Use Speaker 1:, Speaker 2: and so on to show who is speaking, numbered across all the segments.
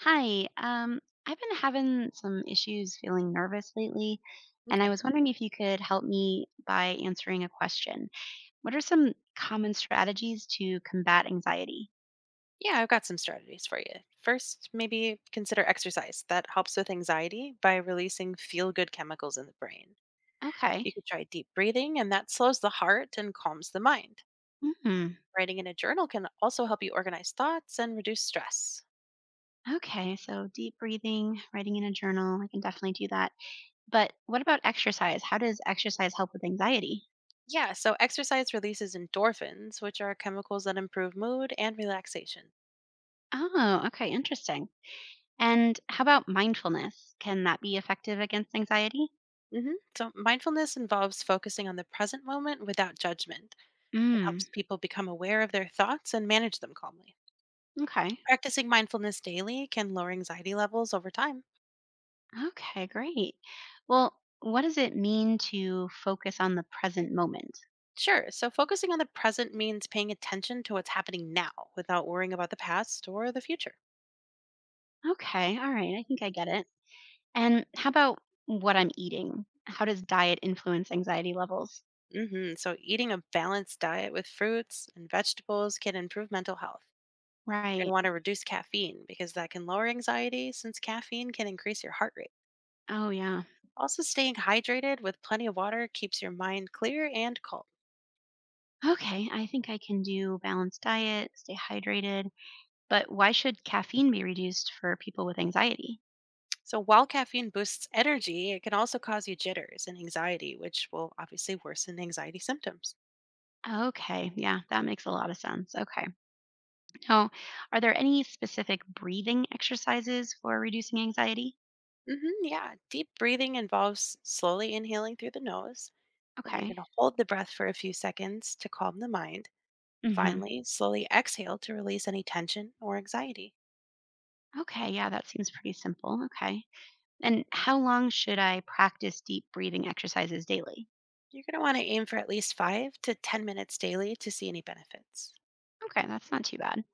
Speaker 1: Hi, I've been having some issues feeling nervous lately, and I
Speaker 2: Okay.
Speaker 1: was wondering if you could help me by answering a question. What are some common strategies to combat anxiety?
Speaker 2: Yeah, I've got some strategies for you. First, maybe consider exercise that helps with anxiety by releasing feel good chemicals in the brain.
Speaker 1: Okay.
Speaker 2: You could try deep breathing, and that slows the heart and calms the mind.
Speaker 1: Hmm.
Speaker 2: Writing in a journal can also help you organize thoughts and reduce stress.
Speaker 1: Okay, so deep breathing, writing in a journal, I can definitely do that. But what about exercise? How does exercise help with anxiety?
Speaker 2: Yeah, so exercise releases endorphins, which are chemicals that improve mood and relaxation.
Speaker 1: Oh, okay, interesting. And how about mindfulness? Can that be effective against anxiety?
Speaker 2: So, mindfulness involves focusing on the present moment without judgment. It
Speaker 1: Mm,
Speaker 2: helps people become aware of their thoughts and manage them calmly.
Speaker 1: okay.
Speaker 2: Practicing mindfulness daily can lower anxiety levels over time.
Speaker 1: Okay, great. Well, what does it mean to focus on the present moment?
Speaker 2: Sure, so focusing on the present means paying attention to what's happening now without worrying about the past or the future.
Speaker 1: Okay, all right, I think I get it. And how about what I'm eating? How does diet influence anxiety levels?
Speaker 2: So, eating a balanced diet with fruits and vegetables can improve mental health. You're going to
Speaker 1: Right.
Speaker 2: want to reduce caffeine because that can lower anxiety since caffeine can increase your heart rate.
Speaker 1: Oh, yeah.
Speaker 2: Also, staying hydrated with plenty of water keeps your mind clear and calm.
Speaker 1: Okay, I think I can do balanced diet, stay hydrated. But why should caffeine be reduced for people with anxiety?
Speaker 2: So, while caffeine boosts energy, it can also cause you jitters and anxiety, which will obviously worsen anxiety symptoms.
Speaker 1: Okay, yeah, that makes a lot of sense. Okay. Now, are there any specific breathing exercises for reducing anxiety?
Speaker 2: Yeah. Deep breathing involves slowly inhaling through the nose. Then you're
Speaker 1: Okay.
Speaker 2: going to hold the breath for a few seconds to calm the mind. Finally, slowly exhale to release any tension or anxiety.
Speaker 1: Okay, yeah, that seems pretty simple. Okay. And how long should I practice deep breathing exercises daily?
Speaker 2: You're going to want to aim for at least 5 to 10 minutes daily to see any benefits.
Speaker 1: Okay, that's not too bad.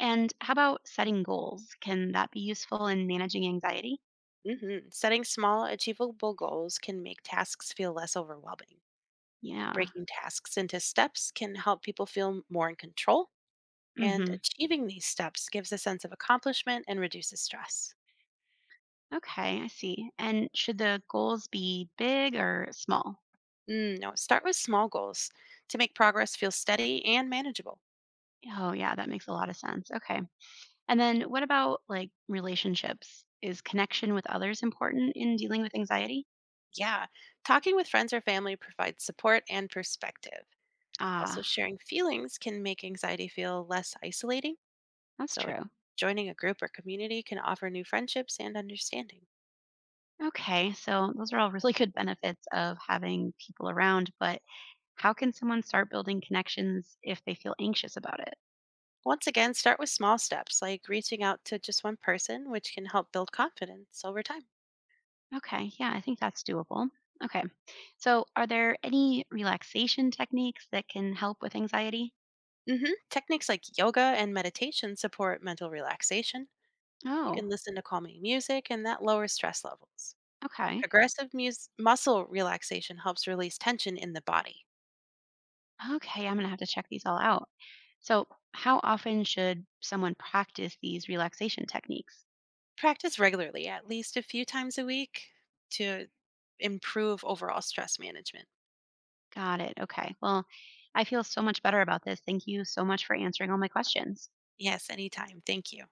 Speaker 1: And how about setting goals? Can that be useful in managing anxiety?
Speaker 2: Setting small, achievable goals can make tasks feel less overwhelming.
Speaker 1: Yeah.
Speaker 2: Breaking tasks into steps can help people feel more in control, and
Speaker 1: Mhm.
Speaker 2: achieving these steps gives a sense of accomplishment and reduces stress.
Speaker 1: Okay, I see. And should the goals be big or small?
Speaker 2: Mm, no, start with small goals to make progress feel steady and manageable.
Speaker 1: Oh, yeah, that makes a lot of sense. Okay. And then what about like relationships? Is connection with others important in dealing with anxiety?
Speaker 2: Yeah, talking with friends or family provides support and perspective. Also,
Speaker 1: Ah,
Speaker 2: sharing feelings can make anxiety feel less isolating.
Speaker 1: that's
Speaker 2: So,
Speaker 1: true.
Speaker 2: joining a group or community can offer new friendships and understanding.
Speaker 1: Okay, so those are all really good benefits of having people around, but how can someone start building connections if they feel anxious about it?
Speaker 2: Once again, start with small steps like reaching out to just one person, which can help build confidence over time.
Speaker 1: Okay, yeah, I think that's doable. Okay, so are there any relaxation techniques that can help with anxiety?
Speaker 2: Techniques like yoga and meditation support mental relaxation. You
Speaker 1: Oh,
Speaker 2: can listen to calming music, and that lowers stress levels.
Speaker 1: okay.
Speaker 2: Progressive muscle relaxation helps release tension in the body.
Speaker 1: Okay, I'm gonna have to check these all out. So, how often should someone practice these relaxation techniques?
Speaker 2: Practice regularly, at least a few times a week, to improve overall stress management.
Speaker 1: Got it. Okay, well, I feel so much better about this. Thank you so much for answering all my questions.
Speaker 2: Yes, anytime. Thank you.